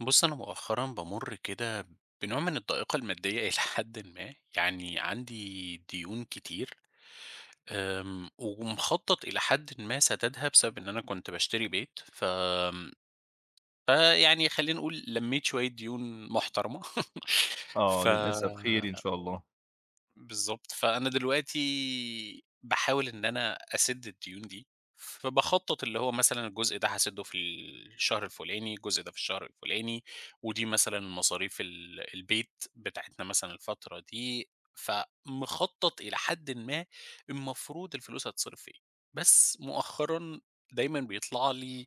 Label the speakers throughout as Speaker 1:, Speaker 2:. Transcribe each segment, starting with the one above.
Speaker 1: بُص، أنا مؤخرًا بامُر كده بنوع من الضائقة المادية إلى حدٍ ما، يعني عندي ديون كتير، ومخطط إلى حدٍ ما سدادها بسبب إن أنا كنت باشتري بيت، فيعني خلّينا نقول لميت شوية ديون محترمة
Speaker 2: آه
Speaker 1: ف
Speaker 2: للأسف، خير إن شاء الله.
Speaker 1: بالضبط، فأنا دلوقتي باحاول إن أنا أسِدّ الديون دي، فباخطّط اللي هو مثلًا الجزء ده هاسِدّه في الشهر الفلاني، الجزء ده في الشهر الفلاني، ودي مثلًا مصاريف البيت بتاعتنا مثلًا الفترة دي، فمخطّط إلى حدٍ ما المفروض الفلوس هتتصرف في إيه، بس مؤخرًا دايمًا بيطلع لي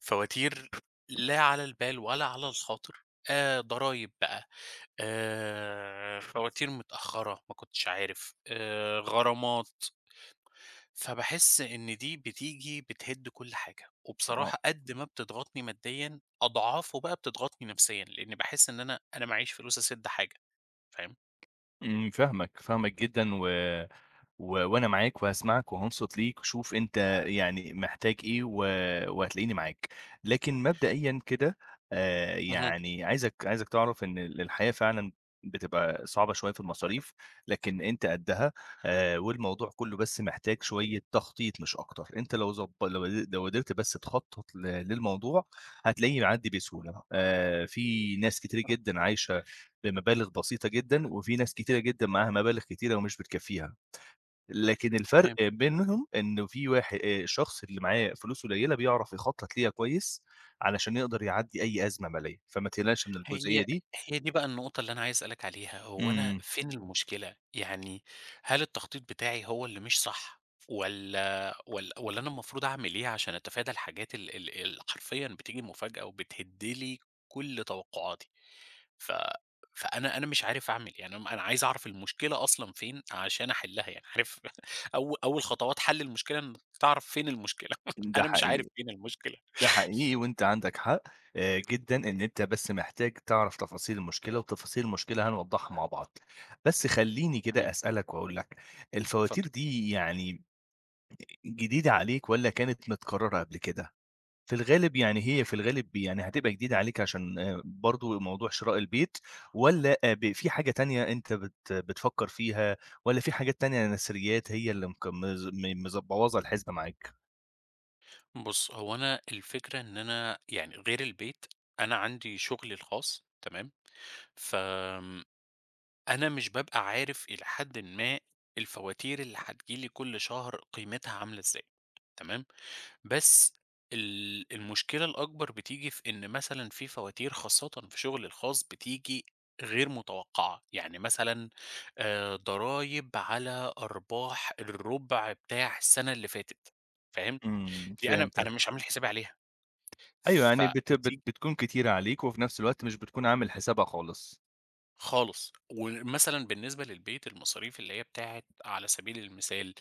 Speaker 1: فواتير لا على البال ولا على الخاطر، ضرايب بقى، فواتير متأخّرة، ما كنتش عارف، غرامات، فباحس إن دي بتيجي بتهِد كل حاجة،
Speaker 2: آه.
Speaker 1: وبصراحة قد ما بتضغطني ماديًا، أضعافه بقى بتضغطني نفسيًا، لإني باحس إن أنا معييش فلوس أسِد حاجة، فاهم؟
Speaker 2: فاهمك، فاهمك جدًا، و و وأنا معاك وهاسمعك وهانصت ليك. شوف أنت يعني محتاج إيه وهتلاقيني معاك. لكن مبدئيًا كده،
Speaker 1: اهم.
Speaker 2: يعني عايزك تعرف إن الحياة فعلًا بتبقى صعبة شوية في المصاريف، لكن أنت قدّها. والموضوع كُلّه بس محتاج شوية تخطيط مش أكتر. أنت لو ضب لو لو قدرت بس تخطط للموضوع هتلاقيه يعدّي بسهولة. في ناس كتيرة جدًا عايشة بمبالغ بسيطة جدًا، وفي ناس كتيرة جدًا معاها مبالغ كتيرة ومش بتكفّيها. لكن الفرق بينهم إنه في واحد، الشخص اللي معاه فلوس قليلة بيعرف يخطط ليها كويس، علشان يقدر يعدّي أي أزمة مالية، فما تقلقش من الجزئية
Speaker 1: هي
Speaker 2: دي.
Speaker 1: هي دي بقى النقطة اللي أنا عايز أسألك عليها، هو أنا
Speaker 2: إمم.
Speaker 1: فين المشكلة؟ يعني هل التخطيط بتاعي هو اللي مش صح والّا أنا المفروض أعمل إيه عشان أتفادى الحاجات ال ال اللي حرفيًا بتيجي مفاجأة وبتهد لي كل توقعاتي؟ ف فأنا أنا مش عارف أعمل إيه. يعني أنا عايز أعرف المشكلة أصلًا فين عشان أحلها يعني عارف أو أول خطوات حل المشكلة إنك تعرف فين المشكلة،
Speaker 2: ده
Speaker 1: أنا مش عارف
Speaker 2: حقيقي،
Speaker 1: فين المشكلة.
Speaker 2: ده حقيقي، وأنت عندك حق جدًا، إن أنت بس محتاج تعرف تفاصيل المشكلة، وتفاصيل المشكلة هنوضّحها مع بعض. بس خلّيني
Speaker 1: تمام،
Speaker 2: كده أسألك وأقول لك، الفواتير
Speaker 1: اتفضل.
Speaker 2: دي يعني جديدة عليك والّا كانت متكررة قبل كده؟ في الغالب يعني، هي في الغالب يعني هتبقى جديدة عليك عشان برضه موضوع شراء البيت، والّا ب في حاجة تانية أنت بتفكّر فيها، والّا في حاجات تانية نثريات هي اللي مك مز م مز مبوظة الحسبة معاك؟
Speaker 1: بُص، هو أنا الفكرة إن أنا يعني غير البيت، أنا عندي شغلي الخاص تمام، فآمم، أنا مش بابقى عارف إلى حدٍ ما الفواتير اللي هتيجي لي كل شهر قيمتها عاملة إزاي، تمام، بس المشكلة الأكبر بتيجي في إن مثلًا في فواتير خاصةً في شغلي الخاص بتيجي غير متوقعة، يعني مثلًا ضرايب على أرباح الربع بتاع السنة اللي فاتت، فاهم،
Speaker 2: إمم،
Speaker 1: دي أنا
Speaker 2: فهمتك.
Speaker 1: مش عامل حسابي عليها.
Speaker 2: أيوه يعني بت بت
Speaker 1: فبتيجي
Speaker 2: بتكون كتيرة عليك، وفي نفس الوقت مش بتكون عامل حسابها خالص.
Speaker 1: خالص، ومثلًا بالنسبة للبيت المصاريف اللي هي بتاعة على سبيل المثال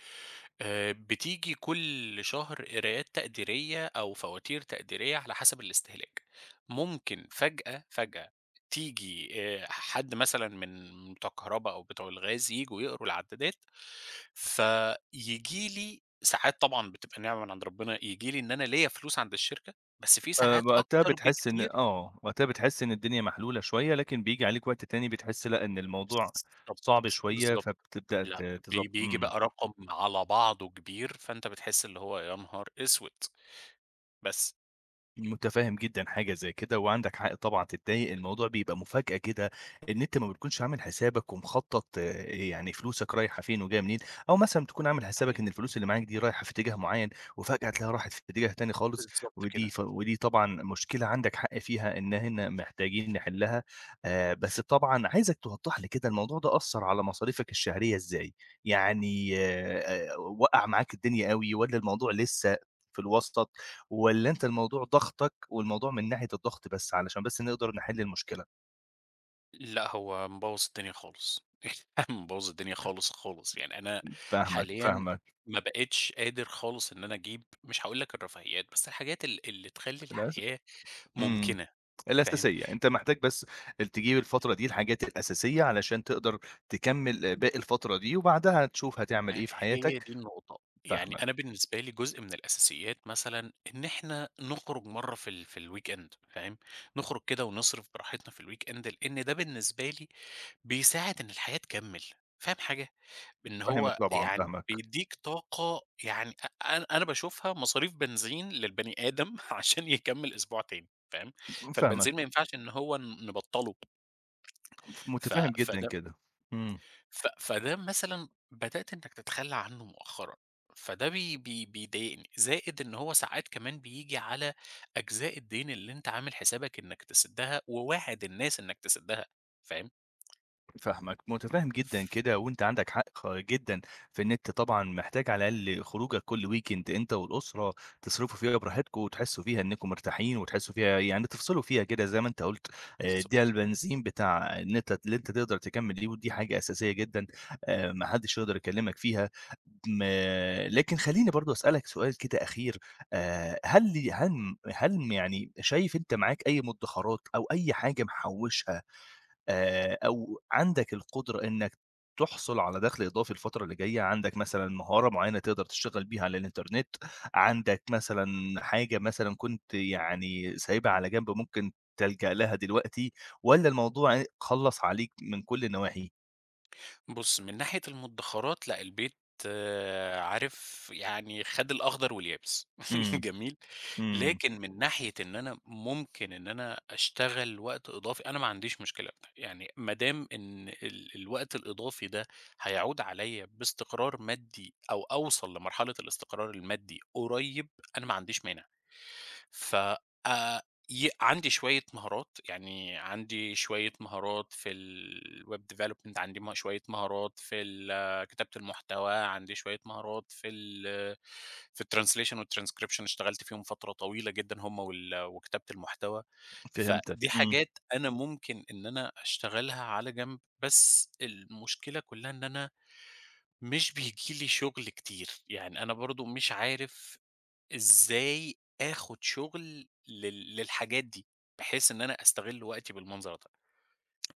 Speaker 1: بتيجي كل شهر قراءات تقديرية أو فواتير تقديرية على حسب الاستهلاك، ممكن فجأة، فجأة تيجي حد مثلًا من بتوع الكهربا أو بتوع الغاز ييجوا يقروا العدادات، فييجي لي ساعات طبعًا بتبقى نعمة من عند ربنا، ييجي لي إن أنا ليّا فلوس عند الشركة، بس في ساعات
Speaker 2: فوقتها
Speaker 1: أكتر
Speaker 2: بتحس إن
Speaker 1: بكتير
Speaker 2: آه، وقتها بتحس إن الدنيا محلولة شوية، لكن بييجي عليك وقت تاني بتحس لأ، إن الموضوع صعب
Speaker 1: بالضبط،
Speaker 2: شوية،
Speaker 1: بالضبط.
Speaker 2: فبتبدأ
Speaker 1: لأ،
Speaker 2: تضب.
Speaker 1: بييجي
Speaker 2: إمم.
Speaker 1: بقى رقم على بعضه كبير، فأنت بتحس اللي هو يا نهار أسود! بس
Speaker 2: متفهم جدًا حاجة زي كده، وعندك حق طبعًا تتضايق، الموضوع بيبقى مفاجأة كده، إن أنت ما بتكونش عامل حسابك ومخطط، آه، يعني فلوسك رايحة فين وجاية منين، أو مثلًا تكون عامل حسابك
Speaker 1: حقيقي،
Speaker 2: إن الفلوس اللي معاك دي رايحة في اتجاه معين، وفجأة تلاقيها راحت في اتجاه تاني خالص،
Speaker 1: بالضبط كده.
Speaker 2: ودي طبعًا مشكلة عندك حق فيها، إن هنا محتاجين نحلها. بس طبعًا عايزك توضح لي كده الموضوع ده أثّر على مصاريفك الشهرية إزاي؟ يعني وقّع معاك الدنيا أوي والّا الموضوع لسه في الوسط؟ والّا أنت الموضوع ضاغطك والموضوع من ناحية الضغط بس، علشان بس نقدر نحل المشكلة؟
Speaker 1: لأ، هو مبوّظ الدنيا خالص، مبوّظ الدنيا خالص، خالص. يعني أنا
Speaker 2: فاهمك،
Speaker 1: حاليًا
Speaker 2: فاهمك.
Speaker 1: ما بقيتش قادر خالص إن أنا أجيب مش هاقول لك الرفاهيات، بس الحاجات اللي تخلّي
Speaker 2: للأس
Speaker 1: الحياة
Speaker 2: إمم.
Speaker 1: ممكنة، فاهم؟
Speaker 2: الأساسية، أنت محتاج بس تجيب الفترة دي الحاجات الأساسية علشان تقدر تكمّل باقي الفترة دي، وبعدها تشوف هتعمل إيه
Speaker 1: ما
Speaker 2: في
Speaker 1: هي
Speaker 2: حياتك.
Speaker 1: دي النقطة، يعني
Speaker 2: فاهمك،
Speaker 1: أنا بالنسبة لي جزء من الأساسيات مثلًا إن إحنا نخرج مرّة في الweekend فاهم، نخرج كده ونصرف براحتنا في الweekend لإن ده بالنسبة لي بيساعد إن الحياة تكمّل، فاهم حاجة؟ إن
Speaker 2: فاهمك
Speaker 1: هو
Speaker 2: طبعًا،
Speaker 1: يعني
Speaker 2: فاهمك،
Speaker 1: بيدّيك طاقة يعني أ أنا أنا باشوفها مصاريف بنزين للبني آدم عشان يكمّل أسبوع تاني فاهم، فالبنزين ما
Speaker 2: فاهمك،
Speaker 1: ينفعش إن هو نبطّله ف
Speaker 2: متفهّم جدًا
Speaker 1: فده
Speaker 2: كده. إمم.
Speaker 1: ف فده مثلًا بدأت إنك تتخلّى عنّه مؤخرًا، فده بي بي بيضايقني، زائد إن هو ساعات كمان بييجي على أجزاء الدين اللي أنت عامل حسابك إنك تسدّها وواعد الناس إنك تسدّها، فاهم؟
Speaker 2: فاهمك، متفهم جدًا كده، وأنت عندك حق جدًا في إن أنت طبعًا محتاج على الأقل خروجك كل weekend، أنت والأسرة تصرفوا فيها براحتكم، وتحسوا فيها إنكم مرتاحين، وتحسوا فيها يعني تفصلوا فيها كده زي ما أنت قُلت. ده البنزين بتاع إن أنت اللي أنت تقدر تكمل بيه، ودي حاجة أساسية جدًا. ما حدش يقدر يكلمك فيها. م لكن خلّيني برضه أسألك سؤال كده أخير. هل هل هل م يعني شايف أنت معاك أي مدخرات أو أي حاجة محوشها، أو عندك القدرة إنّك تحصل على دخل إضافي الفترة اللي جاية، عندك مثلًا مهارة معيّنة تقدر تشتغل بيها على الإنترنت، عندك مثلًا حاجة مثلًا كنت يعني سايبها على جنب ممكن تلجأ لها دلوقتي، والّا الموضوع خلّص عليك من كل النواحي؟
Speaker 1: بُص، من ناحية المدخرات لأ، البيت عارف يعني خَد الأخضر واليابس
Speaker 2: إمم،
Speaker 1: جميل،
Speaker 2: إمم،
Speaker 1: لكن من ناحية إن أنا ممكن إن أنا أشتغل وقت إضافي، أنا ما عنديش مشكلة في ده، يعني ما دام إن الوقت الإضافي ده هيعود عليَّ باستقرار مادي أو أوصل لمرحلة الاستقرار المادي قريب، أنا ما عنديش مانع. ف آآ ي عندي شوية مهارات، يعني عندي شوية مهارات في الweb development، عندي شوية مهارات في كتابة المحتوى، عندي شوية مهارات في الtranslation والtranscription اشتغلت فيهم فترة طويلة جدًا هم وكتابة المحتوى،
Speaker 2: فهمتك،
Speaker 1: فدي
Speaker 2: إمم.
Speaker 1: حاجات أنا ممكن إن أنا أشتغلها على جنب، بس المشكلة كلها إن أنا مش بييجي لي شغل كتير، يعني أنا برضه مش عارف إزاي آخُد شُغل للحاجات دي، بحيث إن أنا أستغِل وقتي بالمنظر ده،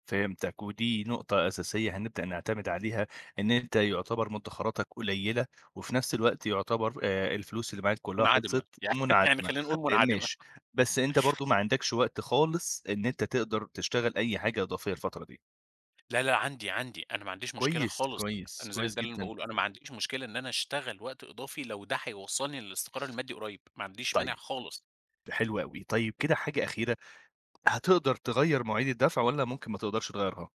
Speaker 2: فهمتك، ودي نقطة أساسية هنبدأ نعتمد عليها، إن أنت يُعتبر مدخراتك قليلة، وفي نفس الوقت يُعتبر الفلوس اللي معاك كلها
Speaker 1: منعدمة
Speaker 2: خلصت
Speaker 1: يعني يعني
Speaker 2: منعدمة.
Speaker 1: خلّينا نقول منعدمة،
Speaker 2: ماشي، بس أنت برضه ما عندكش وقت خالص إن أنت تقدر تشتغل أي حاجة إضافية الفترة دي.
Speaker 1: لا، لا عندي، عندي، أنا ما عنديش مشكلة
Speaker 2: كويس،
Speaker 1: خالص،
Speaker 2: كويس،
Speaker 1: أنا زي ده
Speaker 2: كويس
Speaker 1: اللي أنا
Speaker 2: جدًا.
Speaker 1: باقوله، أنا ما عنديش مشكلة إن أنا أشتغل وقت إضافي لو ده هيوصّلني للاستقرار المادي قريّب، ما عنديش مانع
Speaker 2: طيب،
Speaker 1: خالص،
Speaker 2: حلو أوي. طيب كده حاجة أخيرة، هتقدر تغيّر مواعيد الدفع والّا ممكن ما تقدرش تغيّرها؟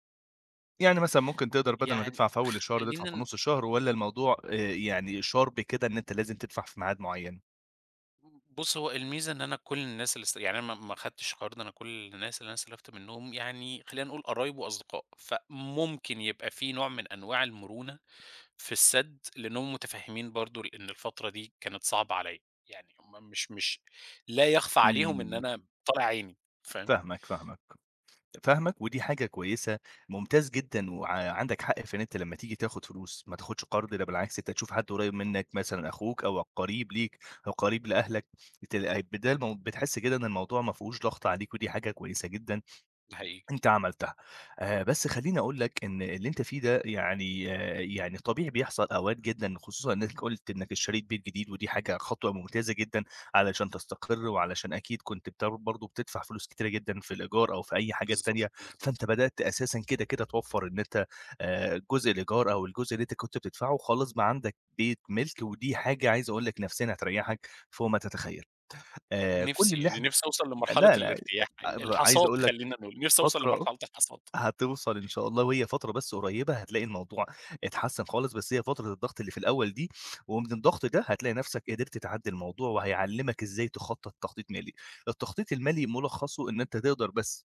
Speaker 2: يعني مثلًا ممكن تقدر بدل ما
Speaker 1: يعني
Speaker 2: تدفع في أول الشهر تدفع
Speaker 1: خلّينا
Speaker 2: في نُص الشهر، والّا الموضوع يعني sharp كده إن أنت لازم تدفع في ميعاد معين؟
Speaker 1: بُص هو الميزة إن أنا كل الناس اللي يعني أنا ما خدتش القرار ده، أنا كل الناس اللي أنا استلفت منّهم يعني خلّينا نقول قرايب وأصدقاء، فممكن يبقى في نوع من أنواع المرونة في السَد، لأنهم متفهمين برضه لإن الفترة دي كانت صعبة عليَّ، يعني هُم مش لا يخفى عليهم إن
Speaker 2: إمم،
Speaker 1: أنا طالع عيني، فاهم؟
Speaker 2: فاهمك، فاهمك، فاهمك، ودي حاجة كويسة. ممتاز جدًا، عندك حق في إن أنت لمّا تيجي تاخد فلوس ما تاخدش قرض. ده بالعكس أنت تشوف حد قريب منك مثلًا أخوك أو قريب ليك أو قريب لأهلك، بدال ما بتحس كده إن الموضوع ما فيهوش ضغط عليك، ودي حاجة كويسة جدًا.
Speaker 1: ده حقيقي،
Speaker 2: أنت عملتها. بس خلّيني أقول لك إن اللي أنت فيه ده يعني يعني طبيعي بيحصل أوقات جدًا، خصوصًا إنك قُلت إنك اشتريت بيت جديد، ودي حاجة خطوة ممتازة جدًا علشان تستقر، وعلشان أكيد كنت برضه بتدفع فلوس كتيرة جدًا في الإيجار أو في أي حاجات
Speaker 1: بالضبط،
Speaker 2: تانية. فأنت
Speaker 1: بالضبط.
Speaker 2: بدأت أساسًا كده، كده توفّر إن أنت جزء الإيجار أو الجزء اللي أنت كنت بتدفعه خلاص بقى عندك بيت مِلْك، ودي حاجة عايز أقول لك نفسيًا هتريّحك فوق ما تتخيّل. كل
Speaker 1: نفسي،
Speaker 2: اللي
Speaker 1: يعني
Speaker 2: إحنا.
Speaker 1: نفسي أوصل لمرحلة
Speaker 2: لا، لا،
Speaker 1: الارتياح، ال
Speaker 2: عايز
Speaker 1: الحصاد
Speaker 2: أقول لك
Speaker 1: خلّينا نقول، نفسي أوصل
Speaker 2: فترة
Speaker 1: لمرحلة الحصاد.
Speaker 2: هتوصل إن شاء الله، وهي فترة بس قريّبة هتلاقي الموضوع اتحسّن خالص. بس هي فترة الضغط اللي في الأول دي، ومن الضغط ده هتلاقي نَفْسك قدرت تعدّي الموضوع، وهيعلّمك إزاي تخطّط تخطيط مالي. التخطيط المالي ملخّصه إن أنت تقدر بس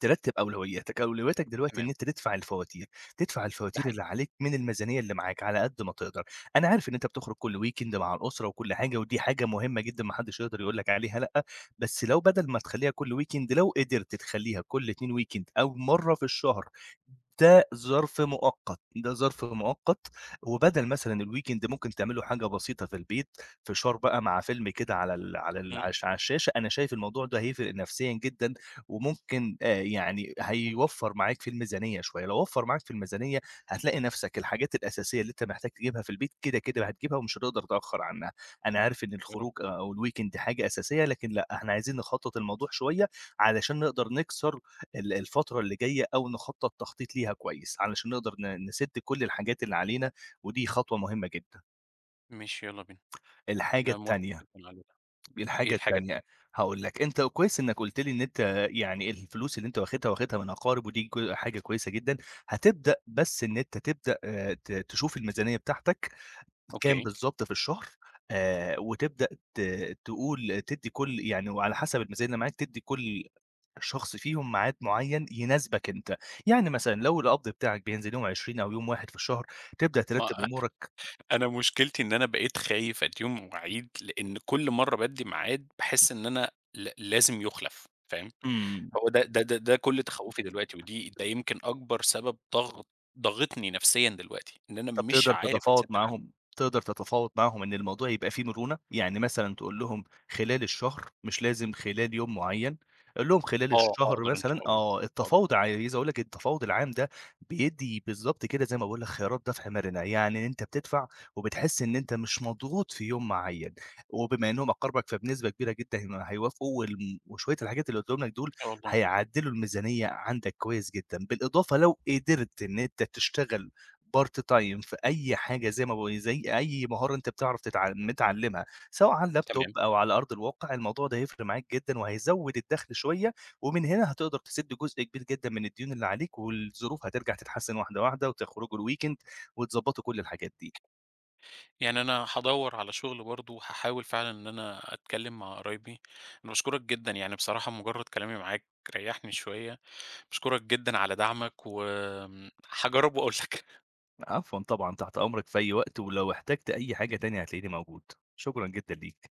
Speaker 2: ترتّب أولوياتك. أولوياتك دلوقتي إن
Speaker 1: تمام،
Speaker 2: أنت تدفع الفواتير، تدفع
Speaker 1: ده
Speaker 2: الفواتير اللي
Speaker 1: حقيقي.
Speaker 2: عليك من الميزانية اللي معاك على قد ما تقدر. أنا عارف إن أنت بتخرج كل weekend مع الأسرة وكل حاجة، ودي حاجة مهمة جدًا ما حدش يقدر يقول لك عليها لأ. بس لو بدل ما تخلّيها كل weekend، لو قدرت تخلّيها كل 2 weekend أو مرّة في الشهر. ده ظرف مؤقت، ده ظرف مؤقت. وبدل مثلًا الweekend ممكن تعمل له حاجة بسيطة في البيت، فشار بقى مع فيلم كده
Speaker 1: إمم،
Speaker 2: على الشاشة. أنا شايف الموضوع ده هيفرق نفسيًا جدًا، وممكن يعني
Speaker 1: ممكن،
Speaker 2: هيوفّر معاك في الميزانية شوية. لو وفّر معاك في الميزانية هتلاقي نَفْسك الحاجات الأساسية اللي أنت محتاج تجيبها في البيت، كده كده هتجيبها ومش هتقدر تتأخّر عنها. أنا عارف إن
Speaker 1: يا رب.
Speaker 2: الخروج أو الweekend دي حاجة أساسية، لكن لأ، إحنا عايزين نخطّط الموضوع شوية علشان نقدر نكسر الفترة اللي جاية أو نخطّط تخطيط ليها كويس، علشان نقدر نسِد كل الحاجات اللي علينا، ودي خطوة مهمة جدًا.
Speaker 1: ماشي، يالّا بينا،
Speaker 2: الحاجة
Speaker 1: أنا موافق
Speaker 2: التانية،
Speaker 1: جدًا على ده. إيه
Speaker 2: الحاجة
Speaker 1: الحاجة
Speaker 2: التانية
Speaker 1: التانية؟
Speaker 2: هاقول لك. أنت كويس إنك قُلت لي إن أنت يعني الفلوس اللي أنت واخدها، واخدها من أقارب، ودي حاجة كويسة جدًا. هتبدأ بس إن أنت تبدأ ت تشوف الميزانية بتاعتك كام
Speaker 1: أوكي.
Speaker 2: بالضبط في الشهر. وتبدأ ت تقول تدّي كل يعني، وعلى حسب الميزانية اللي معاك تدّي كل شخص فيهم ميعاد معيّن يناسبك أنت. يعني مثلًا لو القبض بتاعك بينزل يوم 20 أو يوم 1 في الشهر، تبدأ ترتّب
Speaker 1: ما
Speaker 2: أمورك.
Speaker 1: أنا مشكلتي إن أنا بقيت خايف أدّيهم مواعيد، لإن كل مرّة بادّي ميعاد باحس إن أنا لازم يُخلف، فاهم؟
Speaker 2: إمم.
Speaker 1: هو ده كل تخوّفي دلوقتي، ده يمكن أكبر سبب ضاغطني نفسيًا دلوقتي، إن أنا
Speaker 2: طب
Speaker 1: مش
Speaker 2: تقدر
Speaker 1: عارف
Speaker 2: تتفاوض
Speaker 1: أسيطر
Speaker 2: معاهم،
Speaker 1: عليه.
Speaker 2: تقدر تتفاوض معاهم إن الموضوع يبقى فيه مرونة؟ يعني مثلًا تقول لهم خلال الشهر، مش لازم خلال يوم معيّن. قُل لهم خلال
Speaker 1: آه،
Speaker 2: الشهر
Speaker 1: أقدر إن
Speaker 2: مثلًا،
Speaker 1: شاء الله،
Speaker 2: آه،
Speaker 1: أقدر
Speaker 2: التفاوض عايز أقول لك التفاوض العام ده بيدّي بالضبط كده زي ما باقول لك خيارات دفع مرنة. يعني أنت بتدفع وبتحس إن أنت مش مضغوط في يوم معيّن. وبما إنهم أقاربك فبنسبة كبيرة جدًا هم هيوافقوا، وشوية الحاجات اللي قُلتهم لك دول
Speaker 1: إن شاء الله،
Speaker 2: هيعدّلوا الميزانية عندك كويس جدًا. بالإضافة لو قدرت إن أنت تشتغل part time في أي حاجة زي ما باقول، زي أي مهارة أنت بتعرف متعلمها، سواء على
Speaker 1: تمام.
Speaker 2: اللابتوب أو على أرض الواقع، الموضوع ده هيفرق معاك جدًا وهيزوّد الدخل شوية. ومن هنا هتقدر تسد جزء كبير جدًا من الديون اللي عليك، والظروف هترجع تتحسن واحدة واحدة، وتخرجوا الweekend وتضبطوا كل الحاجات دي.
Speaker 1: يعني أنا هادوّر على شغل برضه، هاحاول فعلًا إن أنا أتكلّم مع قرايبي. أنا باشكرك جدًا، يعني بصراحة مجرّد كلامي معاك ريّحني شوية، باشكرك جدًا على دعمك، هاجرّب وأقول لك.
Speaker 2: عفوًا طبعًا، تحت أمرك في أي وقت، ولو احتجت أي حاجة تانية هتلاقيني موجود. شكرًا جدًا ليك.